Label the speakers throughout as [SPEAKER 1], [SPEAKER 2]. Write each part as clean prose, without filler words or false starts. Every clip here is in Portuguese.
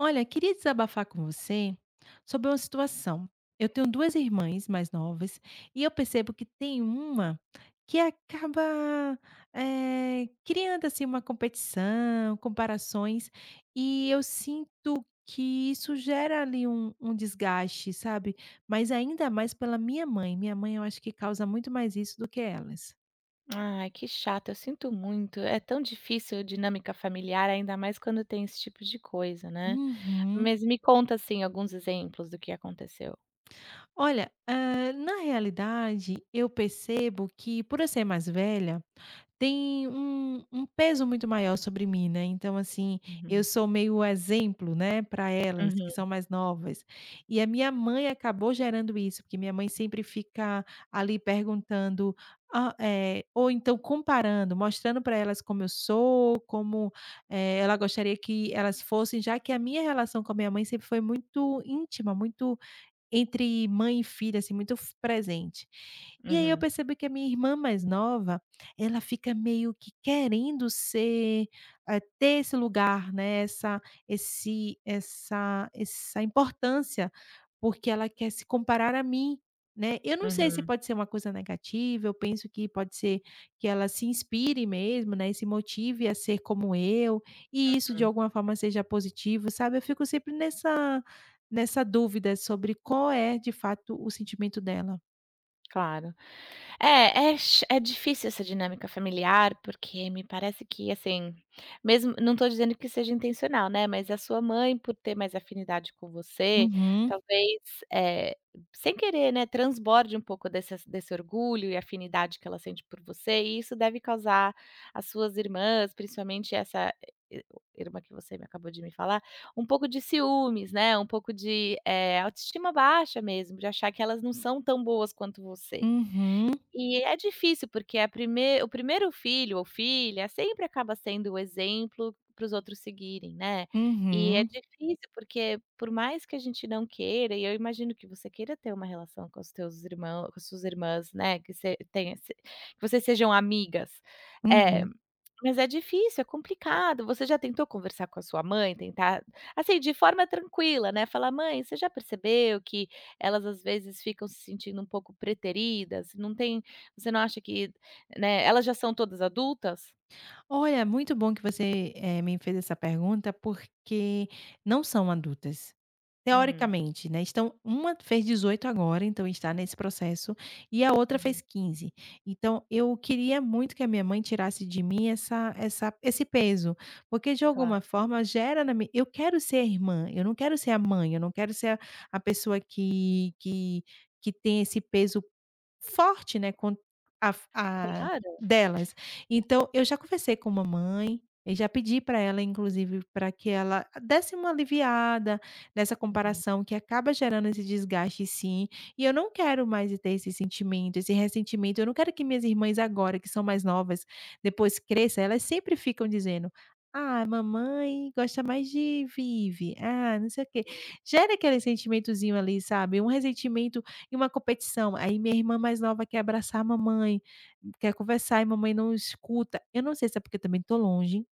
[SPEAKER 1] Olha, queria desabafar com você sobre uma situação. Eu tenho 2 irmãs mais novas e eu percebo que tem uma que acaba, criando, assim, uma competição, comparações, e eu sinto que isso gera ali um desgaste, sabe, mas ainda mais pela minha mãe. Minha mãe eu acho que causa muito mais isso do que elas.
[SPEAKER 2] Ai, que chato, eu sinto muito. É tão difícil a dinâmica familiar, ainda mais quando tem esse tipo de coisa, né.
[SPEAKER 1] Uhum.
[SPEAKER 2] Mas me conta, assim, alguns exemplos do que aconteceu.
[SPEAKER 1] Olha, na realidade, eu percebo que, por eu ser mais velha, tem um peso muito maior sobre mim, né. Então, assim, eu
[SPEAKER 2] Uhum.
[SPEAKER 1] sou meio o exemplo, né, para elas que
[SPEAKER 2] Uhum,
[SPEAKER 1] são mais novas. E a minha mãe acabou gerando isso, porque minha mãe sempre fica ali perguntando, ou então comparando, mostrando para elas como eu sou, como, ela gostaria que elas fossem, já que a minha relação com a minha mãe sempre foi muito íntima, muito entre mãe e filha, assim, muito f presente. E aí eu
[SPEAKER 2] uhum,
[SPEAKER 1] percebo que a minha irmã mais nova, ela fica meio que querendo ser, ter esse lugar, né, essa esse essa essa importância, porque ela quer se comparar a mim, né. Eu não sei se
[SPEAKER 2] uhum,
[SPEAKER 1] pode ser uma coisa negativa, eu penso que pode ser que ela se inspire mesmo, né, e se motive a ser como eu, e isso de
[SPEAKER 2] uhum.
[SPEAKER 1] alguma forma seja positivo, sabe. Eu fico sempre nessa dúvida sobre qual é, de fato, o sentimento dela.
[SPEAKER 2] Claro. É, é ch é difícil essa dinâmica familiar, porque me parece que, assim, mesmo não estou dizendo que seja intencional, né, mas a sua mãe, por ter mais afinidade com você,
[SPEAKER 1] Uhum,
[SPEAKER 2] talvez, eh, sem querer, né, transborde um pouco dessas desse orgulho e afinidade que ela sente por você, e isso deve causar às suas irmãs, principalmente essa i irmã que você me acabou de me falar, um pouco de ciúmes, né, um pouco de, autoestima baixa mesmo, de achar que elas não são tão boas quanto você.
[SPEAKER 1] uhum,
[SPEAKER 2] E é difícil, porque é a prime o primeiro filho ou filha sempre acaba sendo o exemplo para os outros seguirem, né. E é
[SPEAKER 1] uhum,
[SPEAKER 2] difícil, porque por mais que a gente não queira, e eu imagino que você queira ter uma relação com os teus irmãos com as suas irmãs, né, que você tenha se que vocês sejam amigas. É.
[SPEAKER 1] uhum.
[SPEAKER 2] Mas é difícil, é complicado. Você já tentou conversar com a sua mãe, tentar assim, de forma tranquila, né, falar: "Mãe, você já percebeu que elas às vezes ficam se sentindo um pouco preteridas? Não tem você não acha que, né, elas já são todas adultas?"
[SPEAKER 1] Olha, muito bom que você, me fez essa pergunta, porque não são adultas.
[SPEAKER 2] Hum,
[SPEAKER 1] Teoricamente, né. Então uma fez 18 agora, então está nesse processo, e a outra
[SPEAKER 2] uhum,
[SPEAKER 1] fez 15. Então eu queria muito que a minha mãe tirasse de mim essa essa esse peso, porque de
[SPEAKER 2] claro,
[SPEAKER 1] alguma forma gera na mi Eu quero ser a irmã, eu não quero ser a mãe, eu não quero ser a pessoa que tem esse peso forte, né, com a
[SPEAKER 2] claro.
[SPEAKER 1] delas. Então, eu já conversei com mamãe, eu já pedi para ela inclusive para que ela desse uma aliviada nessa
[SPEAKER 2] Uhum,
[SPEAKER 1] comparação que acaba gerando esse desgaste sim, e eu não quero mais ter esse sentimento, esse ressentimento. Eu não quero que minhas irmãs agora que são mais novas, depois cresça, elas sempre ficam dizendo: "Ah, mamãe gosta mais de Vivi, ah, não sei o quê". Gera aquele sentimentozinho ali, sabe, um ressentimento e uma competição. Aí minha irmã mais nova quer abraçar a mamãe, quer conversar e mamãe não escuta. Eu não sei se é porque também tô longe.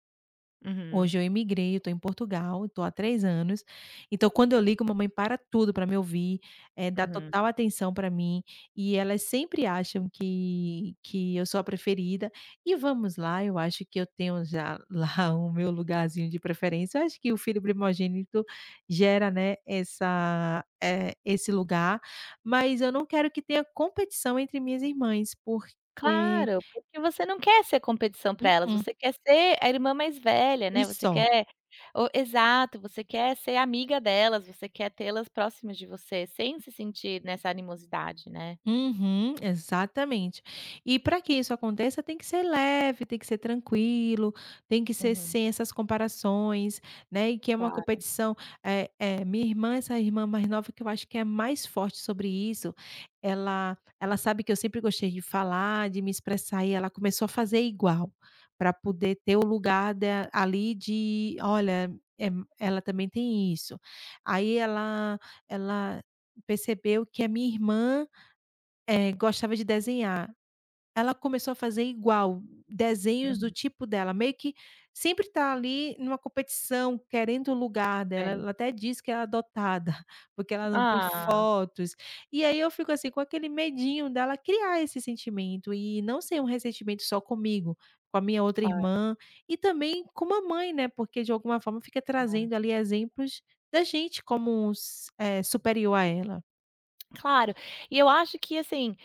[SPEAKER 2] uhum,
[SPEAKER 1] Hoje eu imigrei, eu tô em Portugal, eu tô há 3 anos, então quando eu ligo mamãe para tudo para me ouvir, dá
[SPEAKER 2] uhum.
[SPEAKER 1] total atenção para mim, e elas sempre acham que eu sou a preferida, e vamos lá, eu acho que eu tenho já lá o meu lugarzinho de preferência. Eu acho que o filho primogênito gera, né, essa esse lugar, mas eu não quero que tenha competição entre minhas irmãs, porque
[SPEAKER 2] Claro, porque você não quer ser competição para elas,
[SPEAKER 1] mm-mm,
[SPEAKER 2] você quer ser a irmã mais velha, né,
[SPEAKER 1] e
[SPEAKER 2] você
[SPEAKER 1] só.
[SPEAKER 2] quer o exato, você quer ser amiga delas, você quer tê-las próximas de você, sem se sentir nessa animosidade, né.
[SPEAKER 1] Uhum, exatamente. E para que isso aconteça, tem que ser leve, tem que ser tranquilo, tem que ser
[SPEAKER 2] Uhum,
[SPEAKER 1] sem essas comparações, né, e que é uma
[SPEAKER 2] claro.
[SPEAKER 1] competição, é é minha irmã, essa irmã mais nova que eu acho que é a mais forte sobre isso. Ela sabe que eu sempre gostei de falar, de me expressar e ela começou a fazer igual, para poder ter o lugar da ali de: "Olha, eh, ela também tem isso". Aí ela ela percebeu que a minha irmã é, gostava de desenhar. Ela começou a fazer igual, desenhos do
[SPEAKER 2] Uhum,
[SPEAKER 1] tipo dela, meio que sempre tá ali numa competição, querendo o lugar dela.
[SPEAKER 2] tem.
[SPEAKER 1] Ela até diz que ela é adotada, porque ela não tem
[SPEAKER 2] Ah,
[SPEAKER 1] fotos. E aí eu fico assim, com aquele medinho dela criar esse sentimento e não ser um ressentimento só comigo, com a minha outra
[SPEAKER 2] claro,
[SPEAKER 1] irmã e também com a mãe, né, porque de alguma forma fica
[SPEAKER 2] claro.
[SPEAKER 1] trazendo ali exemplos da gente como superior a ela.
[SPEAKER 2] Claro. E eu acho que, assim,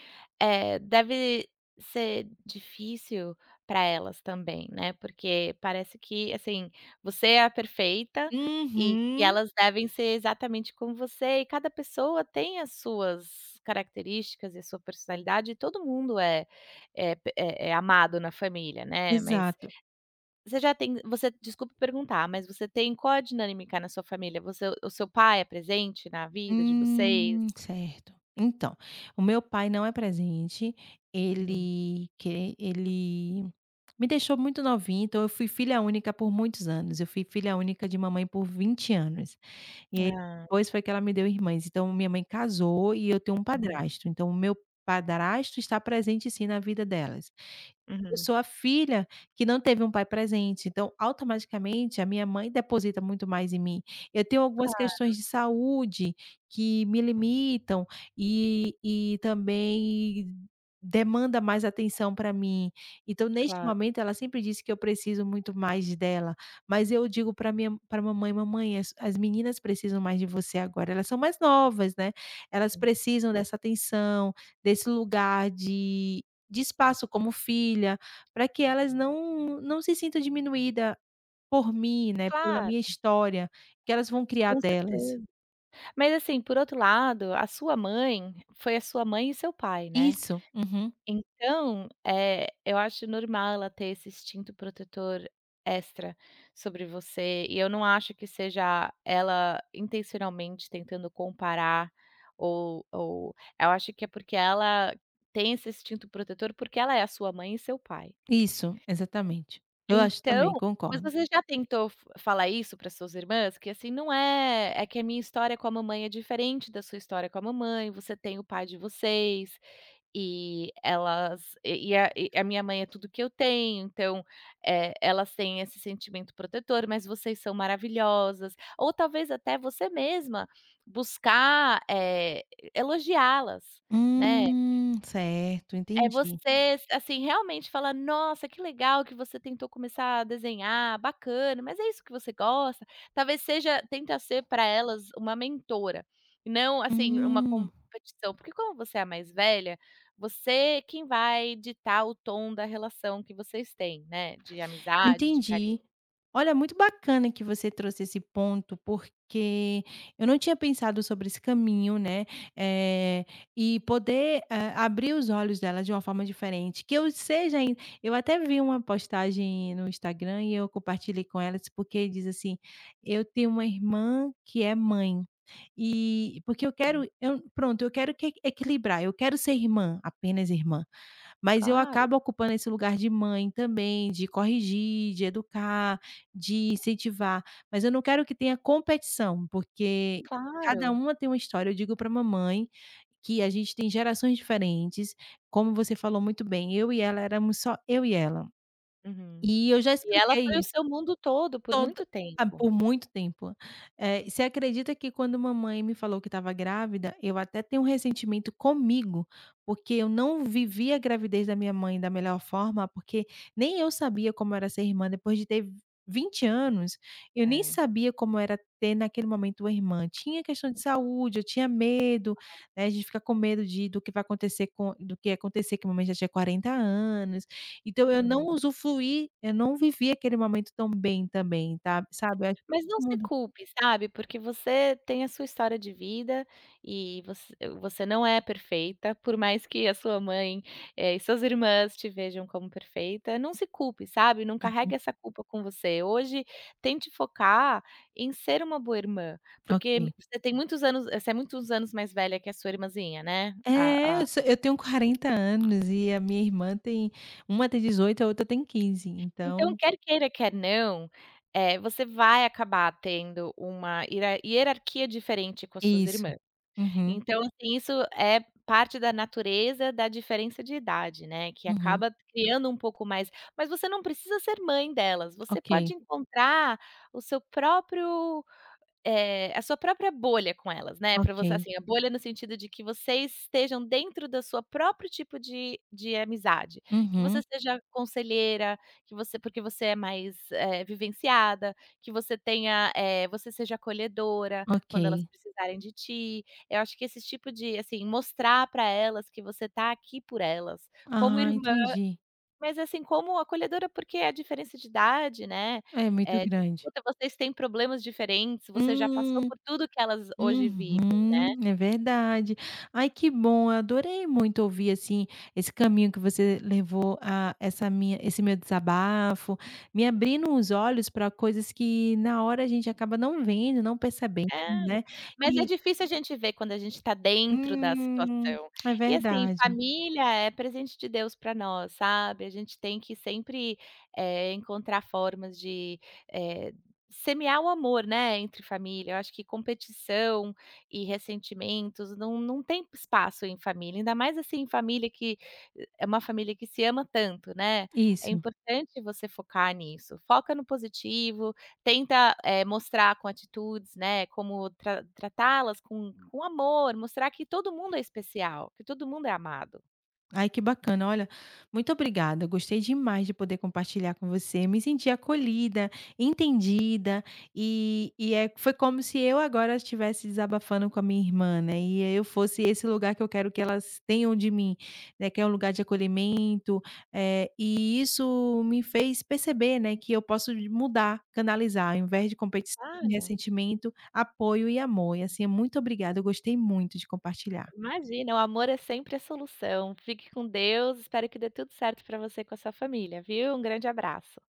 [SPEAKER 2] deve ser difícil para elas também, né, porque parece que, assim, você é a perfeita e que
[SPEAKER 1] Uhum,
[SPEAKER 2] elas devem ser exatamente como você, e cada pessoa tem as suas características e a sua personalidade, e todo mundo é é p é é amado na família, né, mas
[SPEAKER 1] exato.
[SPEAKER 2] você já tem você desculpa perguntar, mas você tem qual a dinâmica na sua família? Você O seu pai é presente na vida de vocês?
[SPEAKER 1] Certo. Então, o meu pai não é presente,
[SPEAKER 2] Uhum.
[SPEAKER 1] ele me deixou muito novinha, então eu fui filha única por muitos anos, eu fui filha única de mamãe por 20 anos, e aí
[SPEAKER 2] Ah,
[SPEAKER 1] depois foi que ela me deu irmãs. Então minha mãe casou e eu tenho um
[SPEAKER 2] uhum,
[SPEAKER 1] padrasto, então o meu padrasto está presente sim na vida delas. Eu
[SPEAKER 2] uhum.
[SPEAKER 1] sou a filha que não teve um pai presente, então automaticamente a minha mãe deposita muito mais em mim. Eu tenho algumas
[SPEAKER 2] Claro.
[SPEAKER 1] questões de saúde que me limitam e também demanda mais atenção pra mim. Então neste
[SPEAKER 2] Claro.
[SPEAKER 1] momento ela sempre disse que eu preciso muito mais dela, mas eu digo pra mamãe: "Mamãe, as meninas precisam mais de você agora, elas são mais novas, né, elas precisam dessa atenção, desse lugar de espaço como filha, para que elas não se sintam diminuída por mim, né, pela
[SPEAKER 2] Claro,
[SPEAKER 1] minha história, que elas vão criar
[SPEAKER 2] com
[SPEAKER 1] delas".
[SPEAKER 2] certeza. Mas assim, por outro lado, a sua mãe foi a sua mãe e seu pai, né.
[SPEAKER 1] Isso, uhum,
[SPEAKER 2] Então, eu acho normal ela ter esse instinto protetor extra sobre você, e eu não acho que seja ela intencionalmente tentando comparar ou eu acho que é porque ela tem esse instinto protetor, porque ela é a sua mãe e seu pai.
[SPEAKER 1] isso, exatamente. Eu acho
[SPEAKER 2] Então
[SPEAKER 1] também,
[SPEAKER 2] mas
[SPEAKER 1] concordo.
[SPEAKER 2] você já tentou f falar isso para suas irmãs? Que assim, não é é que a minha história com a mamãe é diferente da sua história com a mamãe, você tem o pai de vocês, e elas e a minha mãe é tudo que eu tenho, então, elas têm esse sentimento protetor, mas vocês são maravilhosas. Ou talvez até você mesma buscar, elogiá-las, né.
[SPEAKER 1] Certo,
[SPEAKER 2] É
[SPEAKER 1] entendi.
[SPEAKER 2] você, assim, realmente falar: "Nossa, que legal que você tentou começar a desenhar, bacana, mas é isso que você gosta?". Talvez seja tenta ser para elas uma mentora, e não, assim, uma
[SPEAKER 1] Hum.
[SPEAKER 2] competição, porque como você é a mais velha, você é quem vai ditar o tom da relação que vocês têm, né, de amizade, de carinho.
[SPEAKER 1] Entendi. Olha, muito bacana que você trouxe esse ponto, porque eu não tinha pensado sobre esse caminho, né, eh, e poder, abrir os olhos dela de uma forma diferente, que eu seja ain eu até vi uma postagem no Instagram e eu compartilhei com ela, porque diz assim: "Eu tenho uma irmã que é mãe", e porque
[SPEAKER 2] Uhum.
[SPEAKER 1] eu pronto, eu quero que equilibrar, eu quero ser irmã, apenas irmã. Mas eu
[SPEAKER 2] Claro,
[SPEAKER 1] acabo ocupando esse lugar de mãe também, de corrigir, de educar, de incentivar, mas eu não quero que tenha competição, porque cada
[SPEAKER 2] claro.
[SPEAKER 1] uma tem uma história. Eu digo para mamãe que a gente tem gerações diferentes, como você falou muito bem, eu e ela éramos só eu e ela.
[SPEAKER 2] Uhum.
[SPEAKER 1] E eu já
[SPEAKER 2] E ela foi
[SPEAKER 1] expliquei
[SPEAKER 2] o
[SPEAKER 1] isso.
[SPEAKER 2] seu mundo todo por
[SPEAKER 1] Todo,
[SPEAKER 2] muito
[SPEAKER 1] ah,
[SPEAKER 2] tempo.
[SPEAKER 1] por muito tempo. Você acredita que quando mamãe me falou que estava grávida, eu até tenho um ressentimento comigo, porque eu não vivi a gravidez da minha mãe da melhor forma, porque nem eu sabia como era ser irmã depois de ter 20 anos, eu nem
[SPEAKER 2] É,
[SPEAKER 1] sabia como era ter naquele momento uma irmã. Tinha questão de saúde, eu tinha medo, né, a gente fica com medo de do que vai acontecer com do que ia acontecer, que minha mãe já tinha 40 anos, então eu
[SPEAKER 2] uhum.
[SPEAKER 1] não usufruí, eu não vivi aquele momento tão bem também, tá, sabe, eu acho que
[SPEAKER 2] Mas não
[SPEAKER 1] todo
[SPEAKER 2] se
[SPEAKER 1] mundo.
[SPEAKER 2] culpe, sabe, porque você tem a sua história de vida e você não é perfeita, por mais que a sua mãe, e suas irmãs te vejam como perfeita, não se culpe, sabe, não carregue essa culpa com você. Hoje, tente focar em ser uma boa irmã, porque
[SPEAKER 1] Ok.
[SPEAKER 2] você é muitos anos mais velha que a sua irmãzinha, né,
[SPEAKER 1] É,
[SPEAKER 2] a
[SPEAKER 1] eu sou eu tenho 40 anos e a minha irmã tem uma tem 18, a outra tem 15.
[SPEAKER 2] então
[SPEAKER 1] Então
[SPEAKER 2] quer queira, quer não, você vai acabar tendo uma hierarquia diferente com as suas
[SPEAKER 1] isso.
[SPEAKER 2] irmãs.
[SPEAKER 1] Uhum,
[SPEAKER 2] Então, assim, isso é parte da natureza da diferença de idade, né, que
[SPEAKER 1] uhum.
[SPEAKER 2] acaba criando um pouco mais mas você não precisa ser mãe delas, você
[SPEAKER 1] Ok,
[SPEAKER 2] pode encontrar o seu próprio a sua própria bolha com elas, né, pra você
[SPEAKER 1] ok.
[SPEAKER 2] assim, a bolha no sentido de que vocês estejam dentro da sua próprio tipo de amizade, que você
[SPEAKER 1] Uhum,
[SPEAKER 2] seja conselheira, que você porque você é mais, vivenciada, que você tenha, você seja acolhedora quando elas
[SPEAKER 1] ok.
[SPEAKER 2] precisarem de ti. Eu acho que esse tipo de assim, mostrar pra elas que você tá aqui por elas, como
[SPEAKER 1] Ah,
[SPEAKER 2] irmã
[SPEAKER 1] entendi.
[SPEAKER 2] mas, assim, como acolhedora, porque é a diferença de idade, né,
[SPEAKER 1] É muito grande.
[SPEAKER 2] dificulta, vocês têm problemas diferentes, você já passou
[SPEAKER 1] Hum.
[SPEAKER 2] por tudo que elas hoje vivem, né.
[SPEAKER 1] Uhum, é verdade. Ai, que bom, eu adorei muito ouvir, assim, esse caminho que você levou a essa minha esse meu desabafo, me abrindo os olhos para coisas que na hora a gente acaba não vendo, não percebendo,
[SPEAKER 2] É,
[SPEAKER 1] né.
[SPEAKER 2] mas é
[SPEAKER 1] E
[SPEAKER 2] difícil a gente ver quando a gente está dentro da
[SPEAKER 1] hum,
[SPEAKER 2] situação.
[SPEAKER 1] é
[SPEAKER 2] E assim,
[SPEAKER 1] verdade.
[SPEAKER 2] família é presente de Deus para nós, sabe, a gente tem que sempre, encontrar formas de, eh, semear o amor, né, entre família. Eu acho que competição e ressentimentos não tem espaço em família, ainda mais, assim, família que é uma família que se ama tanto, né. É
[SPEAKER 1] Isso.
[SPEAKER 2] importante você focar nisso, foca no positivo. Tenta, mostrar com atitudes, né, como tratá-las com amor, mostrar que todo mundo é especial, que todo mundo é amado.
[SPEAKER 1] Ai, que bacana. Olha, muito obrigada. Gostei demais de poder compartilhar com você. Me senti acolhida, entendida e é, foi como se eu agora estivesse desabafando com a minha irmã, né? E eu fosse esse lugar que eu quero que elas tenham de mim, né? Que é um lugar de acolhimento. É e isso me fez perceber, né? Que eu posso mudar, canalizar, ao invés de competição,
[SPEAKER 2] Claro,
[SPEAKER 1] ressentimento, apoio e amor. E assim, muito obrigada. Eu gostei muito de compartilhar.
[SPEAKER 2] imagina, o amor é sempre a solução. Fique com Deus, espero que dê tudo certo para você e com a sua família, viu? Um grande abraço.